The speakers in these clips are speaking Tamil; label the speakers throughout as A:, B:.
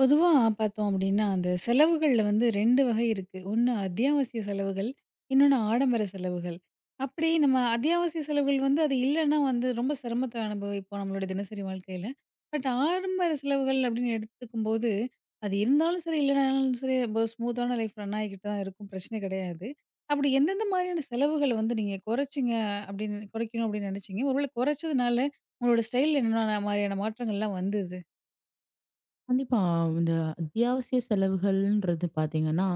A: பொதுவா பார்த்தோம் அப்டின்னா, அந்த செலவுகள்ல வந்து 2 வகை இருக்கு. ஒண்ணு அத்தியாவசிய செலவுகள், இன்னொன்னு ஆடம்பர செலவுகள். அப்படி நம்ம அத்தியாவசிய செலவுகள் வந்து அது இல்லன்னா வந்து ரொம்ப சிரமத்த அனுபவிப்போம் நம்மளோட தினசரி வாழ்க்கையில. பட் ஆடம்பர செலவுகள் அப்படின்னு எடுத்துக்கும்போது, அது இருந்தாலும் சரி, இல்லனாலும் சரி ரொம்ப ஸ்மூத்தான லைஃப் ரன் ஆகிக்கிட்டு தான் இருக்கும். பிரச்சனை கிடையாது. அப்படி எந்தெந்த மாதிரியான செலவுகள் வந்து நீங்க குறைச்சீங்க அப்படின்னு குறைக்கணும் அப்படின்னு நினைச்சீங்க? ஒருவேளை குறைச்சதுனால உங்களோட ஸ்டைல்ல என்ன மாதிரியான மாற்றங்கள்லாம் வந்தது?
B: கண்டிப்பா. இந்த அத்தியாவசிய செலவுகள்ன்றது பார்த்தீங்கன்னா,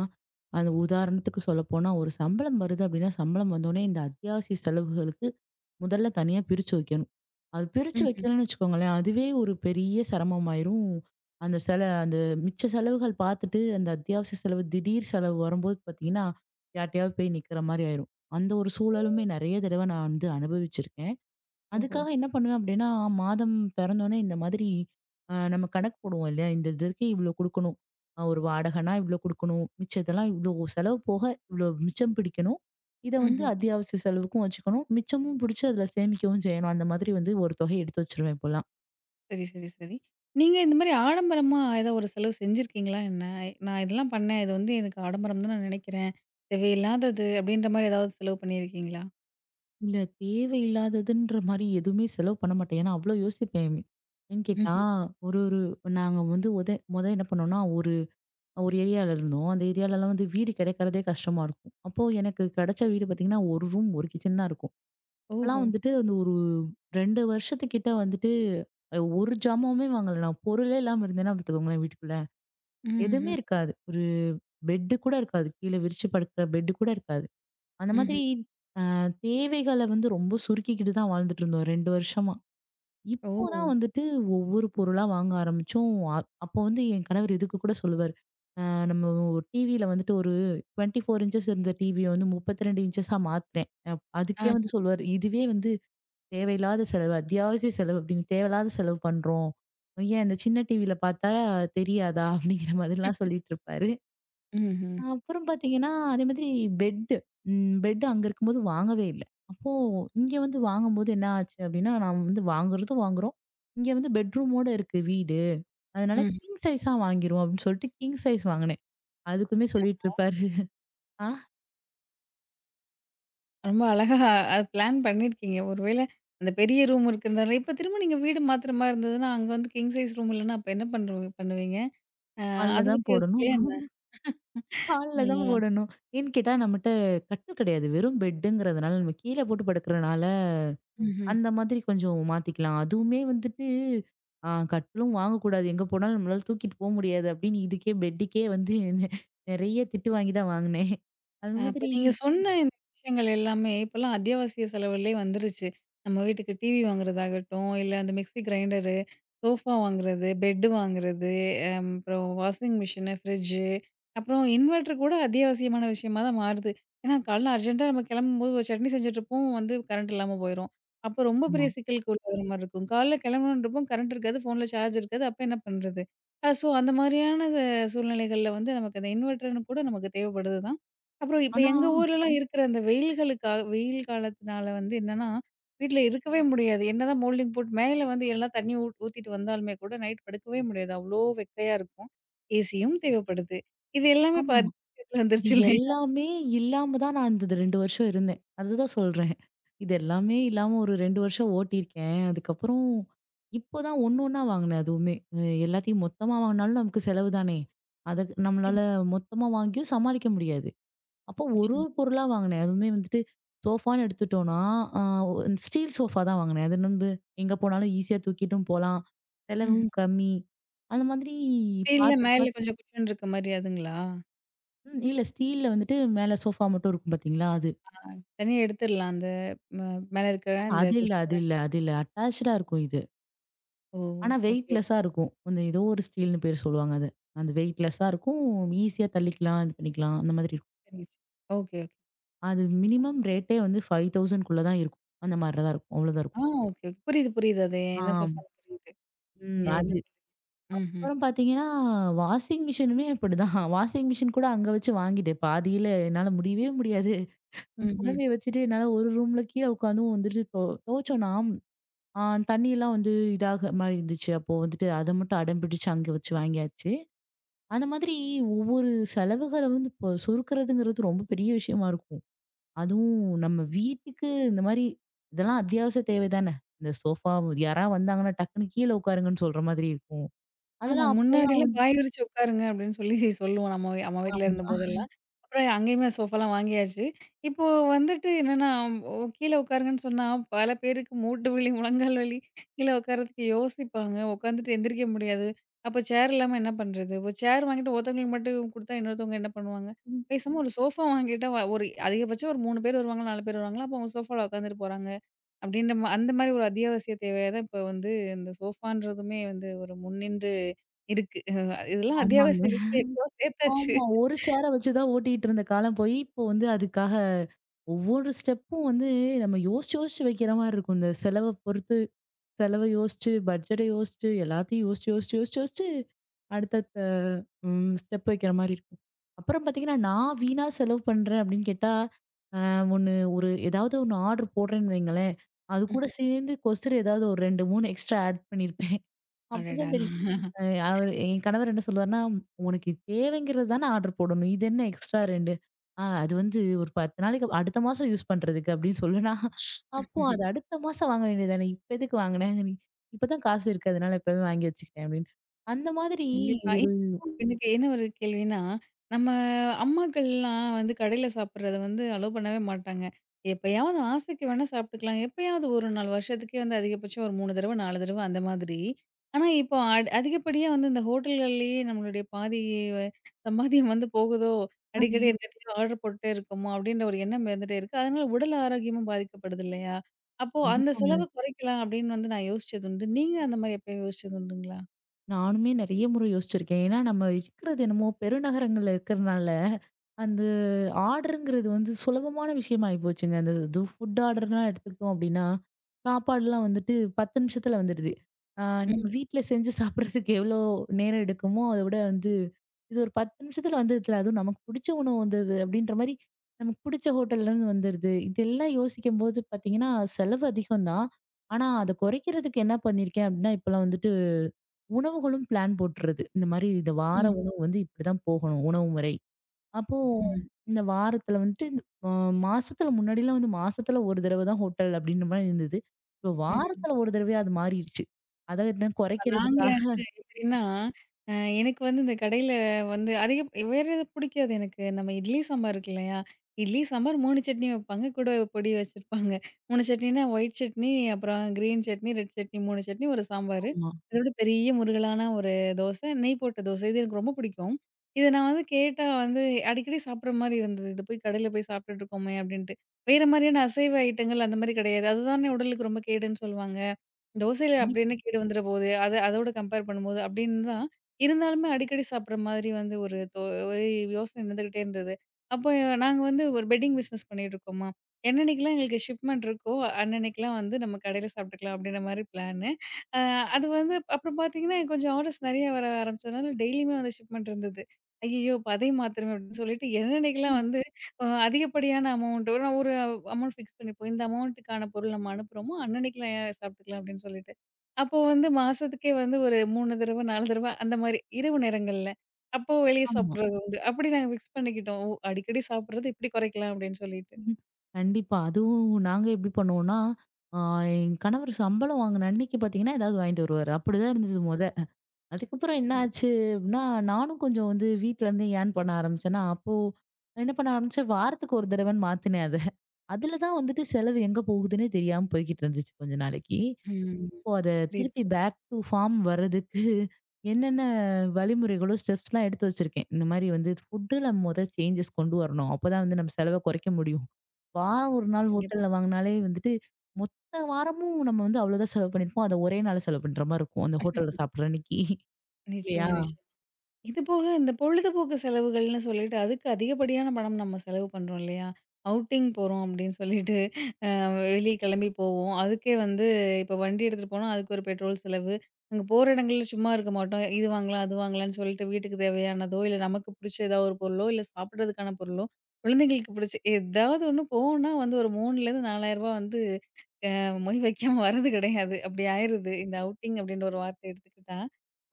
B: அந்த உதாரணத்துக்கு சொல்லப்போனா, ஒரு சம்பளம் வருது அப்படின்னா, சம்பளம் வந்தோனே இந்த அத்தியாவசிய செலவுகளுக்கு முதல்ல தனியா பிரிச்சு வைக்கணும். அது பிரிச்சு
A: ம்ஹ்ம்.
B: வைக்கலன்னு வச்சுக்கோங்களேன், அதுவே ஒரு பெரிய சிரமமாயிரும். அந்த மிச்ச செலவுகள் பார்த்துட்டு, அந்த அத்தியாவசிய செலவு திடீர் செலவு வரும்போது பார்த்தீங்கன்னா, யார்ட்டயாவது போய் நிக்கிற மாரி ஆயிரும். அந்த ஒரு சூழலுமே நெறைய தடவ நான் வந்து அனுபவிச்சிருக்கேன்.
A: ஓஹோ!
B: அதுக்காக என்ன பண்ணுவேன் அப்படின்னா, மாதம் பிறந்தோனே இந்த மாதிரி நம்ம கணக்கு போடுவோம் இல்லையா? இந்த இதுக்கு இவ்வளோ குடுக்கணும். ஒரு வாடகைனா இவ்வளோ குடுக்கணும். மிச்சத்தெல்லாம் இவ்வளோ செலவு போக இவ்வளோ மிச்சம் பிடிக்கணும். இத வந்து
A: ம்
B: அத்தியாவசிய செலவுக்கும் வச்சுக்கணும். மிச்சமும் பிடிச்சு அதில சேமிக்கவும் செய்யணும். அந்த மாதிரி வந்து ஒரு தொகைய எடுத்து வச்சுருவேன் இப்போலாம்.
A: சரி, சரி, சரி. நீங்க இந்த மாரி ஆடம்பரமா ஏதோ ஒரு செலவு செஞ்சிருக்கீங்களா என்ன? நான் இதெல்லாம் பண்ணேன். இது வந்து எனக்கு ஆடம்பரம் தான் நான் நினைக்கிறேன். தேவையில்லாதது அப்படின்ற மாரி ஏதாவது செலவு பண்ணியிருக்கீங்களா?
B: இல்ல, தேவையில்லாததுன்ற மாரி எதுவுமே செலவு பண்ண மாட்டேன். ஏன்னா அவ்வளோ யோசிப்பேன். ஏன்னு கேட்டா,
A: ம்ஹ்ம்.
B: ஒரு ஒரு நாங்க வந்து உத மொத என்ன பண்ணோம்னா, ஒரு ஒரு ஏரியால இருந்தோம். அந்த ஏரியாலலாம் வந்து வீடு கிடைக்கிறதே கஷ்டமா இருக்கும். அப்போ எனக்கு கிடைச்ச வீடு பார்த்தீங்கன்னா, 1 ரூம், 1 கிச்சன் தான் இருக்கும். அப்பலாம்
A: ஓஹோ!
B: வந்துட்டு அந்த ஒரு 2 வருஷத்துக்கிட்ட வந்துட்டு ஒரு ஜாமானுமே வாங்கல. நான் பொருளே இல்லாம இருந்தேன்னா பார்த்துக்கோங்களேன் வீட்டுக்குள்ள. எதுவுமே
A: ம்ஹ்ம்.
B: இருக்காது. ஒரு பெட்டு கூட இருக்காது. கீழ விரிச்சு படுக்கிற பெட்டு கூட இருக்காது. அந்த
A: ம்ஹ்ம்.
B: மாதிரி தேவைகள வந்து ரொம்ப சுருக்கிக்கிட்டு தான் வாழ்ந்துட்டு இருந்தோம் 2 வருஷமா.
A: ஓ!
B: இப்போ தான் வந்துட்டு ஒவ்வொரு பொருளா வாங்க ஆரம்பிச்சோம். அப்போ வந்து என் கணவர் இதுக்கு கூட சொல்லுவாரு. அ நம்ம ஒரு டிவியில வந்துட்டு ஒரு 24 இன்ச்சஸ் இருந்த டிவிய வந்து 32 இன்ச்சஸா மாத்துறேன். அதுக்கே வந்து
A: ஆ.
B: சொல்லுவாரு. இதுவே வந்து தேவையில்லாத செலவு, அத்தியாவசிய செலவு அப்படின்னு தேவையில்லாத செலவு பண்றோம். ஏன் இந்த சின்ன டிவியில பார்த்தா தெரியாதா? அப்படிங்கிற மாதிரிலாம் சொல்லிட்டு இருப்பாரு.
A: ம்ஹ்ம்.
B: அப்புறம் பாத்தீங்கன்னா, அதே மாதிரி பெட்டு. பெட் அங்க இருக்கும்போது வாங்கவே இல்ல. அப்போ இங்க வந்து வாங்கும்போது என்ன ஆச்சு அப்டின்னா, நான் வந்து வாங்குறதும் வாங்குறோம். இங்க வந்து பெட்ரூமோட இருக்கு வீடு. அதனால
A: ம்.
B: கிங் சைஸா வாங்கிருவோம் அப்டின்னு சொல்லிட்டு கிங் சைஸ் வாங்குனேன். அதுக்குமே சொல்லிட்டு இருப்பாரு. ஆ
A: ரொம்ப அழகா பிளான் பண்ணியிருக்கீங்க. ஒருவேள அந்த பெரிய ரூம் இருக்கிறதால இப்ப திரும்ப நீங்க வீடு மாத்துற மாரி இருந்ததுன்னா, அங்க வந்து கிங் சைஸ் ரூம் இல்லன்னா, அப்ப என்ன பண்றவ பண்ணுவீங்க? அ
B: ஹால்ல
A: அத
B: தான்
A: பத்தி
B: போடணும்,
A: யோசிக்கலையா என்ன? ஆ.
B: ஹால்ல தான் போடணும். ஏன்னு கேட்டா நம்மட்ட கட்டில் கிடையாது. வெறும் பெட்டுங்கிறதுனால நம்ம கீழ போட்டு படுக்கிறனால
A: ம்ஹ்ம்.
B: அந்த மாதிரி கொஞ்சம் மாத்திக்கலாம். அதுவுமே வந்துட்டு, கட்டிலும் வாங்கக்கூடாது. எங்க போனாலும் நம்மளால தூக்கிட்டு போ முடியாது அப்படின்னு இதுக்கே பெட்டுக்கே வந்து நெறைய திட்டு வாங்கி தான் வாங்குனேன். அது
A: அப்ப
B: மாதிரி.
A: நீங்க சொன்ன இந்த விஷயங்கள் எல்லாமே இப்பலாம் அத்தியாவசிய செலவுலயே வந்துருச்சு. நம்ம வீட்டுக்கு டிவி வாங்குறதாகட்டும், இல்ல அந்த மிக்ஸி கிரைண்டரு, சோஃபா வாங்குறது, பெட்டு வாங்குறது, அப்புறம் வாஷிங் மிஷினு, ஃப்ரிட்ஜு, அப்புறம் இன்வெர்டர் கூட அத்தியாவசியமான விஷயமா தான் மாறுது. ஏன்னா, காலைல அர்ஜென்ட்டா நம்ம கிளம்பும்போது ஒரு சட்னி செஞ்சுட்ருப்போம், வந்து கரண்ட் இல்லாம போயிரும். அப்போ ரொம்ப
B: ஆமா.
A: பெரிய சிக்கலுக்கு உள்ளாகுற மாரி இருக்கும். காலைல கிளம்பணுன்றப்போ கரண்ட் இருக்காது, ஃபோன்ல சார்ஜ் இருக்காது, அப்ப என்ன பண்றது? ஸோ அந்த மாரியான சூழ்நிலைகள்ல வந்து நமக்கு அந்த இன்வெர்டர்ன்னு கூட நமக்கு தேவைப்படுது தான். அப்புறம் இப்ப
B: ஆனா
A: எங்க ஊர்லலாம் இருக்கிற அந்த வெயில்களுக்கா வெயில் காலத்தினால வந்து என்னன்னா, வீட்ல இருக்கவே முடியாது. என்னதான் மோல்டிங் போட்டு மேல வந்து எல்லாம் தண்ணி ஊத்திட்டு வந்தாலுமே கூட நைட் படுக்கவே முடியாது. அவ்ளோ வெக்கையா இருக்கும். ஏசியும் தேவைப்படுது. இது எல்லாமே இப்ப
B: ஆமா.
A: அதிகரிச்சுட்டு
B: இது
A: வந்துருச்சு இல்லையா?
B: எல்லாமே இல்லாம தான் நான் அந்த 2 வருஷம் இருந்தேன். அதுதான் சொல்றேன். இது எல்லாமே இல்லாம ஒரு 2 வருஷம் ஓட்டியிருக்கேன். அதுக்கப்புறம் இப்போ தான் ஒண்ணு ஒண்ணா வாங்கினேன் அதுவுமே. எல்லாத்தையும் மொத்தமா வாங்கினாலும் நமக்கு செலவு தானே. அத நம்மளால
A: கண்டிப்பா.
B: மொத்தமா வாங்கியும் சமாளிக்க முடியாது. அப்போ ஒரு
A: நிச்சயமா.
B: ஒரு பொருளா வாங்கினேன். அதுவுமே வந்துட்டு சோஃபான்னு எடுத்துட்டோம்னா, ஆ ஸ்டீல் சோஃபா தான் வாங்கினேன். அது நம்ப எங்க போனாலும் ஈஸியா தூக்கிட்டும் போலாம்.
A: ம்ஹ்ம்.
B: செலவும் கம்மி. அந்த மாதிரி
A: ஸ்டீல்ல
B: பார்த்து
A: மேல
B: பார்த்து
A: கொஞ்சம் குஷன் இருக்க மாரி அதுங்களா?
B: இல்ல, ஸ்டீல்ல வந்துட்டு மேல சோஃபா மட்டும் இருக்கும் பார்த்தீங்களா? அது.
A: தனியா எடுத்துரலாம் அந்த ம மேல இருக்கிற அந்த
B: அது இல்ல,
A: குஷன.
B: அது இல்ல, அது இல்ல. அட்டாச்டா இருக்கும் இது.
A: ஓ!
B: ஆனா
A: ஓகே,
B: வெயிட்லெஸ்ஸா
A: ஓகே.
B: இருக்கும். அந்த ஏதோ ஒரு ஸ்டீல்ன்னு பேர் சொல்லுவாங்க அத. அந்த வெயிட்லெஸ்ஸா இருக்கும். ஈஸியா தள்ளிக்கலாம், இது பண்ணிக்கலாம் அந்த மாதிரி இருக்கும்.
A: தெரிஞ்சுச்சு. Okay, okay.
B: அது மினிமம் ரேட்டே வந்து 5,000 க்குள்ள தான் இருக்கும். அந்த மாதிரி தான் இருக்கும். அவ்வளோதான்
A: ஆ
B: இருக்கும்.
A: Okay, okay. புரியுது, புரியுது. அது
B: ஆ.
A: என்ன சொஃபான்னு புரியுது.
B: ம்.
A: நீங்க என்ன
B: அது
A: சொல்றீங்க. ம்ஹ்ம்.
B: அப்புறம் பார்த்தீங்கன்னா, வாஷிங் மிஷினுமே அப்படிதான். வாஷிங் மிஷின் கூட அங்க வச்சு வாங்கிட்டேன். பாதியில என்னால முடியவே முடியாது. என்
A: ம்ஹ்ம்.
B: குழந்தைய வச்சுட்டு என்னால ஒரு ரூம்ல கீழ உட்காந்தும் வந்துட்டு துவச்சோம்னா, ஆ தண்ணியெல்லாம் வந்து இதாக மாரி இருந்துச்சு. அப்போ வந்துட்டு அத மட்டும் அடம் பிடிச்சு அங்க வச்சு வாங்கியாச்சு. அந்த மாதிரி ஒவ்வொரு செலவுகள வந்து இப்போ சுருக்குறதுங்கிறது ரொம்ப பெரிய விஷயமா இருக்கும். அதுவும் நம்ம வீட்டுக்கு இந்த மாரி இதெல்லாம் அத்தியாவசிய தேவை தானே. இந்த சோஃபா யாராவது வந்தாங்கன்னா டக்குன்னு கீழ உட்காருங்கன்னு சொல்ற மாதிரி இருக்கும்.
A: ஆமா.
B: அதெல்லாம் அப்போலாம்
A: முன்னாடிலாம்
B: வந்து.
A: "பாய் விரிச்சு உட்காருங்க" அப்படின்னு சொல்லி சொல்லுவோம். அம்மா வீட்ல
B: ஆமா.
A: இருந்தபோதெல்லாம். அப்புறம் அங்கேயுமே சோஃபாலாம் வாங்கியாச்சு. இப்போ வந்துட்டு என்னன்னா, ஓ கீழ உட்காருங்கன்னு சொன்னா, பல பேருக்கு மூட்டு வலி, முழங்கால் வலி கீழ உட்காரதுக்கு யோசிப்பாங்க. உட்காந்துட்டு எந்திரிக்க முடியாது. அப்போ சேர் இல்லாம என்ன பண்றது? ஒரு சேர் வாங்கிட்டு ஒருத்தவங்களுக்கு மட்டும் குடுத்தா இன்னொருத்தவங்க என்ன பண்ணுவாங்க? பேசாம ஒரு சோஃபா வாங்கிட்டா ஒரு அதிகபட்சம் ஒரு 3 பேர் வருவாங்களா, 4 பேர் வருவாங்களா, அப்போ அவங்க சோஃபால உட்காந்துட்டு போறாங்க. அந்த மாதிரி ஒரு அத்தியாவசிய தேவையா தான் இப்போ வந்து இந்த சோஃபான்றதுமே வந்து ஒரு முன்னின்று இருக்கு. இதெல்லாம்
B: ஆமாங்க.
A: அத்தியாவசிய லிஸ்ட்ல எப்பவோ சேர்த்தாச்சு.
B: ஆமா. ஒரு சேர வச்சு தான் ஓட்டிட்டு இருந்த காலம் போய், இப்போ வந்து அதுக்காக ஒவ்வொரு ஸ்டெப்பும் வந்து நம்ம யோசிச்சு, யோசிச்சு வைக்கிற மாரி இருக்கும். இந்த செலவ பொறுத்து செலவ யோசிச்சு, பட்ஜெட்ட யோசிச்சு, எல்லாத்தையும் யோசிச்சு, யோசிச்சு, யோசிச்சு, யோசிச்சு அடுத்தடுத்த ஸ்டெப் வைக்கிற மாரி இருக்கும். அப்புறம் பார்த்தீங்கன்னா, நான் வீணா செலவு பண்றேன் அப்படின்னு கேட்டா, அ ஒண்ணு ஒரு ஏதாவது ஒண்ணு ஆர்டர் போடுறேன்னு வைங்களேன், அது கூட
A: ம்ஹ்ம்.
B: சேர்ந்து கொசறு ஏதாவது ஒரு 2, 3 எக்ஸ்ட்ரா ஆட் பண்ணியிருப்பேன்.
A: அடடா!
B: அப்பதான் தெரியும். அ அவரு என் கணவர் என்ன சொல்லுவாருன்னா, "உனக்கு இது தேவைங்கிறது தானே ஆர்டர் போடணும். இது என்ன எக்ஸ்ட்ரா 2? அது வந்து ஒரு 10 நாளைக்கு அடுத்த மாசம் யூஸ் பண்றதுக்கு" அப்படின்னு சொல்லுனா, "அப்போ அது அடுத்த மாசம் வாங்க வேண்டியது தானே? இப்ப எதுக்கு வாங்குன? நீ இப்பதான் காசு இருக்கு. அதனால இப்பவே வாங்கி வச்சுக்கிட்டேன்" அப்படின்னு. அந்த மாதிரி
A: கண்டிப்பா.
B: ஒரு
A: இன்னும் எனக்கு என்ன ஒரு கேள்வின்னா, நம்ம அம்மாக்கள்லாம் வந்து கடையில சாப்பிடுறத வந்து அலோவ் பண்ணவே மாட்டாங்க. எப்பயாவது ஆசைக்கு வேணா சாப்பிட்டுக்கலாம். எப்பயாவது ஒரு நாள் வருஷத்துக்கே வந்து அதிகபட்சம் ஒரு 3 தடவ, 4 தடவ அந்த மாதிரி. ஆனா, இப்போ அதிகப்படியா வந்து இந்த ஹோட்டல்கள்லயே நம்மளுடைய பாதி வ- சம்பாத்தியம் வந்து போகுதோ! அடிக்கடி
B: கண்டிப்பாங்க,
A: என்னத்தையும் ஆர்டர் போட்டுட்டே இருக்கோமோ! அப்டின்ற ஒரு எண்ணம் இருந்துட்டே இருக்கு. அதனால உடல் ஆரோக்கியமும் பாதிக்கப்படுது இல்லையா? அப்போ அந்த
B: கண்டிப்பாங்க.
A: செலவ குறைக்கலாம் அப்டின்னு வந்து நான் யோசிச்சது உண்டு. நீங்க அந்த மாரி எப்பயும் யோசிச்சது உண்டுங்களா?
B: நானுமே நெறைய முறை யோசிச்சிருக்கேன். ஏன்னா நம்ம இருக்கிறது என்னமோ பெருநகரங்கள்ல இருக்கிறனால, அந்த ஆர்டர்ங்கிறது வந்து சுலபமான விஷயம் ஆயிப்போச்சுங்க. அந்த இது ஃபுட் ஆர்டர்லாம் எடுத்துக்கிட்டோம் அப்டின்னா, சாப்பாடுலாம் வந்துட்டு 10 நிமிஷத்துல வந்துடுது. ஆ
A: ம்.
B: நம்ம வீட்ல செஞ்சு சாப்பிடுறதுக்கு எவ்ளோ நேரம் எடுக்குமோ, அத விட வந்து இது ஒரு 10 நிமிஷத்துல வந்துடுதுல, அதுவும் நமக்கு பிடிச்ச உணவு வந்தது அப்டின்ற மாரி நமக்கு பிடிச்ச ஹோட்டல்லருந்து வந்துருது. இதெல்லாம் யோசிக்கும்போது பார்த்தீங்கன்னா, செலவு அதிகம் தான். ஆனா, அத குறைக்கிறதுக்கு என்ன பண்ணியிருக்கேன் அப்டின்னா, இப்பலாம் வந்து உணவுகளும் பிளான் போட்டுறது. இந்த மாரி இந்த வார
A: ம்.
B: உணவு வந்து இப்படிதான் போகணும், உணவு முறை. அப்போ
A: ம்.
B: இந்த வாரத்துல வந்துட்டு அ மாசத்துல முன்னாடிலாம் வந்து மாசத்துல ஒரு தடவ தான் ஹோட்டல் அப்படின்ற மாரி இருந்தது. இப்போ
A: ம்.
B: வாரத்துல ஒரு தடவையா அது மாறிடுச்சு. அத இன்னும்
A: இப்ப நாங்க
B: குறைக்கிறதுக்காக.
A: எப்படின்னா, அ எனக்கு வந்து இந்த கடையில வந்து அதிக வேற எது பிடிக்காது எனக்கு. நம்ம இட்லி சாம்பார் இருக்கு இல்லையா? இட்லி சாம்பார் 3 சட்னி வைப்பாங்க. கூட பொடி வச்சிருப்பாங்க. 3 சட்னினா ஒயிட் சட்னி, அப்புறம் கிரீன் சட்னி, ரெட் சட்னி 3 சட்னி, ஒரு சாம்பாரு.
B: ஆமா.
A: இதோட பெரிய முருகலான ஒரு தோசை, நெய் போட்ட தோசை. இது எனக்கு ரொம்ப பிடிக்கும். இத நான் வந்து கேட்டா வந்து அடிக்கடி சாப்பிடுற மாரி இருந்தது. இது போய் கடையில போய் சாப்பிட்டுட்டு இருக்கோமே! அப்படின்ட்டு. வேற மாரியான அசைவ ஐட்டங்கள் அந்த மாரி கிடையாது. அதுதானே உடலுக்கு ரொம்ப கேடுன்னு சொல்லுவாங்க. தோசையில
B: கண்டிப்பா.
A: அப்படின்னு கேடு வந்துற போது, அது அதோட கம்பேர் பண்ணும்போது அப்படின்னு தான். இருந்தாலுமே அடிக்கடி சாப்பிடுற மாதிரி வந்து ஒரு யோசனை இருந்துகிட்டே இருந்தது. அப்போ நாங்க வந்து ஒரு பெட்டிங் பிசினஸ் பண்ணிட்டு இருக்கோமா, என்னன்னைக்கெல்லாம் எங்களுக்கு ஷிப்மெண்ட் இருக்கோ, அன்னன்னைக்கெல்லாம் வந்து நம்ம கடையில சாப்பிட்டுக்கலாம் அப்படின்ற மாரி பிளானு. அ அது வந்து அப்புறம் பார்த்தீங்கன்னா, கொஞ்சம் ஆர்டர்ஸ் நெறைய வர ஆரம்பிச்சதுனால டெய்லியுமே வந்து ஷிப்மெண்ட் இருந்தது. ஐய்யய்யோ! இப்ப அதையும் மாத்தணுமே அப்படின்னு சொல்லிட்டு, என்னன்னைக்கெல்லாம் வந்து அதிகப்படியான அமௌண்ட் ஒரு ஒரு அமௌண்ட் ஃபிக்ஸ் பண்ணிப்போம். இந்த அமௌண்ட்டுக்கான பொருள் நம்ம அனுப்புறோமோ, அன்னன்னைக்குலாம் ஏன் சாப்பிட்டுக்கலாம் அப்படின்னு சொல்லிட்டு. அப்போ வந்து மாசத்துக்கே வந்து ஒரு 3 தடவ, 4 தடவ அந்த மாரி இரவு நேரங்கள்ல. அப்போ வெளிய
B: ஆமா.
A: சாப்பிடுறது உண்டு. அப்படி நாங்க ஃபிக்ஸ் பண்ணிக்கிட்டோம். ஓ! அடிக்கடி சாப்பிடுறது இப்படி குறைக்கலாம் அப்படின்னு சொல்லிட்டு.
B: ம்ஹும். கண்டிப்பா. அதுவும் நாங்க எப்படி பண்ணுவோம்னா, ஆ என் கணவர் சம்பளம் வாங்குன அன்னைக்கு பார்த்தீங்கன்னா, ஏதாவது வாங்கிட்டு வருவாரு. அப்படிதான் இருந்தது மொத. அதுக்கப்புறம் என்ன ஆச்சு அப்படின்னா, நானும் கொஞ்சம் வந்து வீட்ல இருந்தே ஏர்ன் பண்ண ஆரம்பிச்சேன்னா, அப்போ என்ன பண்ண ஆரம்பிச்சேன், வாரத்துக்கு ஒரு தடவைன்னு மாத்துனேன் அத. அதுல தான் வந்துட்டு செலவு எங்க போகுதுன்னே தெரியாம போய்க்கிட்டு இருந்துச்சு கொஞ்ச நாளைக்கு.
A: ம்.
B: இப்போ அத
A: புரியுது,
B: திருப்பி
A: புரியுது.
B: பேக் டூ ஃபார்ம் வர்றதுக்கு என்னென்ன வழிமுறைகளோ, ஸ்டெப்ஸ்லாம் எடுத்து வச்சிருக்கேன். இந்த மாதிரி வந்து ஃபுட்டுல மொத சேஞ்சஸ் கொண்டு வரணும். அப்பதான் வந்து நம்ம செலவ குறைக்க முடியும். வாரம் ஒரு நாள்
A: கண்டிப்பா.
B: ஹோட்டல்ல வாங்குனாலே வந்துட்டு, மொத்த வாரமும் நம்ம வந்து அவ்வளோதான் செலவு பண்ணியிருப்போம். அத ஒரே நாள்ல செலவு பண்ற மாரி இருக்கும். அந்த ஹோட்டல்ல சாப்பிடுற அன்னைக்கு. இல்லையா?
A: நிச்சயமா, நிச்சயமா. இது போக இந்த பொழுதுபோக்கு செலவுகள்னு சொல்லிட்டு, அதுக்கு அதிகப்படியான பணம் நம்ம செலவு பண்றோம் இல்லையா? அவுட்டிங் போறோம் அப்படின்னு சொல்லிட்டு. வெளிய கிளம்பி போவோம். அதுக்கே வந்து இப்போ வண்டி எடுத்துட்டு போனா, அதுக்கு ஒரு பெட்ரோல் செலவு. அங்க போற இடங்கள்ல சும்மா இருக்க மாட்டோம். இது வாங்கலாம், அது வாங்கலாம்ன்னு சொல்லிட்டு வீட்டுக்கு தேவையானதோ, இல்ல நமக்கு பிடிச்ச ஏதாவது ஒரு பொருளோ, இல்ல சாப்பிடுறதுக்கான பொருளோ, குழந்தைங்களுக்கு பிடிச்ச ஏதாவது ஒண்ணு போனா வந்து ஒரு ரூ. 3000லேருந்து ரூ. 4000 வந்து மொய் வைக்காம வரது கிடையாது. அப்படி ஆயிருது. இந்த அவுட்டிங் அப்படின்ற ஒரு வார்த்தை எடுத்துக்கிட்டா,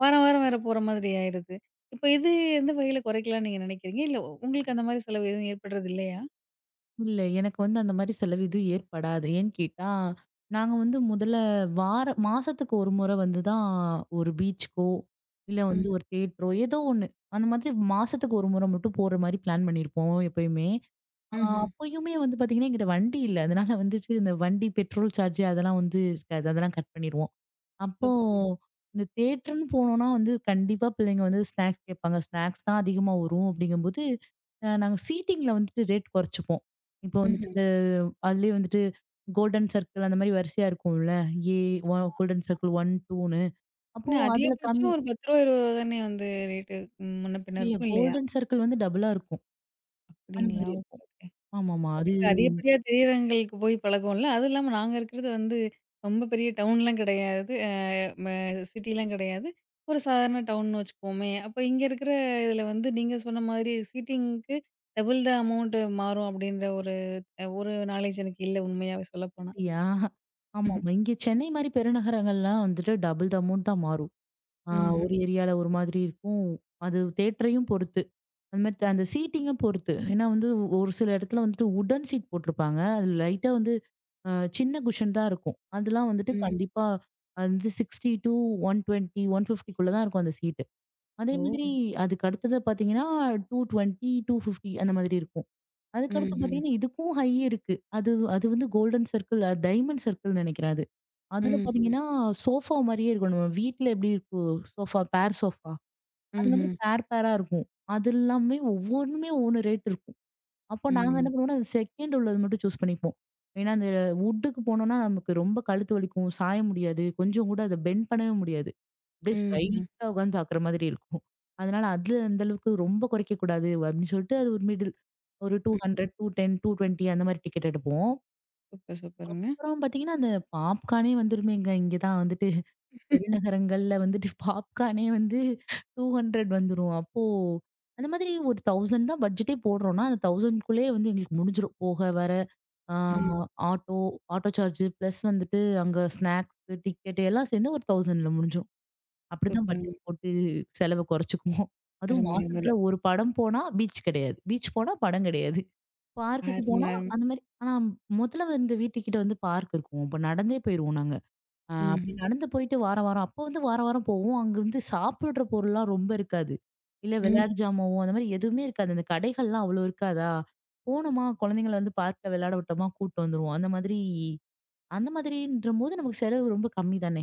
A: வாரம் வாரம் வேற போற மாதிரி ஆயிருது. இப்போ இது எந்த வகையில குறைக்கலாம்ன்னு நீங்க நினைக்கிறீங்க? இல்ல உங்களுக்கு அந்த மாதிரி செலவு எதுவும் ஏற்படுறது இல்லையா?
B: இல்ல. எனக்கு வந்து அந்த மாரி செலவு எதுவும் ஏற்படாது. ஏன்னு கேட்டா, நாங்க வந்து முதல்ல வார மாசத்துக்கு ஒரு முறை வந்து தான் ஒரு பீச்சுக்கோ, இல்ல
A: ம்.
B: வந்து ஒரு தியேட்டரோ ஏதோ ஒண்ணு. அந்த மாதிரி மாசத்துக்கு ஒரு முறை மட்டும் போற மாரி பிளான் பண்ணியிருப்போம் எப்பயுமே. ஆ
A: ம்ஹ்ம்.
B: அப்பயுமே வந்து பார்த்தீங்கன்னா, என்கிட்ட வண்டி இல்ல. அதனால வந்துட்டு இந்த வண்டி பெட்ரோல் சார்ஜ் அதெல்லாம் வந்து இருக்காது. அதெல்லாம் கட் பண்ணிருவோம். அப்போ
A: சூப்பருங்க.
B: இந்த தியேட்டர்ன்னு போனோம்னா வந்து கண்டிப்பா பிள்ளைங்க வந்து ஸ்நாக்ஸ் கேட்பாங்க. ஸ்நாக்ஸ் தான் அதிகமா வரும் அப்படிங்கும்போது, நாங்க சீட்டிங்ல வந்துட்டு ரேட் குறைச்சுப்போம். இப்போ வந்துட்டு
A: ம்ஹ்ம்.
B: அதுலயே வந்துட்டு கோல்டன் சர்க்கிள் அந்த மாரி வரிசையா இருக்கும்ல. ஏ ஒ கோல்டன் சர்க்கிள் 1, 2ன்னு அப்போ
A: என்ன
B: அதுல
A: அதிகபட்சம்
B: கம்மி.
A: ஒரு ரூ. 10 20 தானே வந்து ரேட்டு முன்ன பின்ன
B: இல்ல,
A: இருக்கும் இல்லையா?
B: கோல்டன் சர்க்கிள் வந்து டபுளா இருக்கும். அந்த
A: அப்படிங்களா?
B: மாதிரி
A: ஓகே,
B: இருக்கும்.
A: ஓகே.
B: ஆமாமா. அது.
A: எனக்கு அதிகப்படியா திரையரங்குகளுக்கு போய் பழக்கம்ல. அதுவும் இல்லாம நாங்க இருக்கிறது வந்து ரொம்ப பெரிய டவுன்லாம் கிடையாது. அ ம சிட்டிலாம் கிடையாது. ஒரு சாதாரண டவுன்னு வச்சுக்குவோமே. அப்ப இங்க இருக்கிற இதில வந்து நீங்க சொன்ன மாதிரி சீட்டிங்க்கு டபுள் த அமௌண்ட் மாறும் அப்படின்ற ஒரு நாலேட்ஜ் எனக்கு இல்ல உண்மையாவே சொல்லப்போனா.
B: அப்படியா? ஆமாமா. இங்க சென்னை மாரி பெருநகரங்கள்லாம் வந்துட்டு டபுள் த அமௌண்ட் தான் மாறும். ஆ ஒரு
A: ம்ஹ்ம்.
B: ஏரியால ஒரு மாதிரி இருக்கும். அது தியேட்டரையும் பொறுத்து. அந்த மாதிரி அந்த சீட்டிங்க பொறுத்து. ஏன்னா வந்து ஒரு சில இடத்துல வந்துட்டு உடன் சீட் போட்டிருப்பாங்க. அது லைட்டா வந்து சின்ன குஷன் தான் இருக்கும். அதெல்லாம் வந்துட்டு
A: ம்.
B: கண்டிப்பா அது வந்து 60 டூ 120, 150க்குள்ள தான் இருக்கும் அந்த சீட்டு. அதே மாதிரி
A: ஓ!
B: அதுக்கு அடுத்தது பார்த்தீங்கன்னா 220, 250 அந்த மாதிரி இருக்கும். அதுக்கடுத்து
A: ம்ஹ்ம்.
B: பார்த்தீங்கன்னா, இதுக்கும் ஹை இருக்கு. அது அது வந்து கோல்டன் சர்க்கிள், டைமண்ட் சர்க்கிள்ன்னு நினைக்கிறேன் அது. அதுல
A: ம்ஹ்ம்.
B: பார்த்தீங்கன்னா, சோஃபா மாரியே இருக்கும். நம்ம வீட்ல எப்படி இருக்கும் சோஃபா, பேர் சோஃபா அது மாதிரி
A: ம்ஹ்ம்.
B: பேர் பேரா இருக்கும். அது எல்லாமே ஒவ்வொன்னுமே ஒவ்வொன்னு ரேட் இருக்கும். அப்போ நாங்க
A: ம்ஹ்ம்.
B: என்ன பண்ணுவோம்னா, அது செகண்ட் உள்ளது மட்டும் சூஸ் பண்ணிப்போம். ஏன்னா, அந்த வுட்டுக்கு போனோம்னா நமக்கு ரொம்ப கழுத்து வலிக்கும். சாய முடியாது. கொஞ்சம் கூட அத பெண்ட் பண்ணவே முடியாது. அப்படியே
A: ம். ம்ஹ்ம்.
B: ஸ்ட்ரைட்டா உட்காந்து பார்க்குற மாதிரி இருக்கும். அதனால அதுல அந்த அளவுக்கு ரொம்ப குறைக்க கூடாது அப்படின்னு சொல்லிட்டு, அது ஒரு மிடில் ஒரு 200, 210, 220 அந்த மாதிரி டிக்கெட் எடுப்போம்.
A: சூப்பர், சூப்பருங்க.
B: அப்புறம் பார்த்தீங்கன்னா, அந்த பாப்கார்னே வந்துருமேங்க. இங்க தான் வந்துட்டு பெருநகரங்கள்ல வந்துட்டு பாப்கார்னே வந்து 200 வந்துரும். அப்போ அந்த மாதிரி ஒரு 1000 தான் பட்ஜெட்டே போடுறோம்னா, அந்த 1000க்குள்ளேயே வந்து எங்களுக்கு முடிஞ்சிரும். போக, வர, ஆ
A: ம்.
B: ஆட்டோ ஆட்டோ சார்ஜ் பிளஸ் வந்துட்டு அங்க ஸ்நாக்ஸ், டிக்கெட் எல்லாம் சேர்ந்து ஒரு 1000ல முடிஞ்சிரும். அப்படிதான்
A: சூப்பருங்க.
B: பட்ஜெட் போட்டு செலவ குறைச்சுக்குவோம். அதுவும்
A: அருமை, அருமை.
B: மாசத்துல ஒரு படம் போனா பீச் கிடையாது. பீச் போனா படம் கிடையாது. பார்க்குக்கு
A: அருமை,
B: போனா
A: அருமை.
B: அந்த மாரி. ஆனா முதல்ல வந்து வீட்டுக்கிட்ட வந்து பார்க் இருக்கும். அப்ப நடந்தே போயிருவோம் நாங்க. அப்படி
A: ம்ஹ்ம்.
B: நடந்து போயிட்டு வாரம் வாரம் அப்போ வந்து வாரம் வாரம் போவோம். அங்க வந்து சாப்பிடுற பொருள்லாம் ரொம்ப இருக்காது. இல்ல, ம்.
A: ம்.
B: விளையாட்டு ஜாமாவோ அந்த மாரி எதுவுமே இருக்காது. அந்த கடைகள்லாம் அவ்வளோ இருக்காதா, போனோமா குழந்தைங்கள வந்து பார்க்ல விளையாட விட்டோமா கூட்டு வந்துருவோம். அந்த மாதிரி அந்த மாதிரின்றபோது நமக்கு செலவு ரொம்ப கம்மி தானே.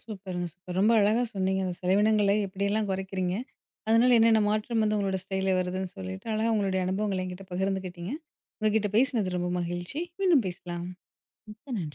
A: சூப்பருங்க, சூப்பர். ரொம்ப அழகா சொன்னீங்க. அந்த செலவினங்கள எப்படியெல்லாம் குறைக்கிறீங்க? அதனால என்னென்ன மாற்றம் வந்து உங்களோட ஸ்டைல்ல வருதுன்னு சொல்லிட்டு, அழகா உங்களுடைய அனுபவங்கள என்கிட்ட பகிர்ந்துக்கிட்டீங்க. உங்ககிட்ட பேசினது ரொம்ப மகிழ்ச்சி. மீண்டும் பேசலாம்.
B: மிக்க நன்றி.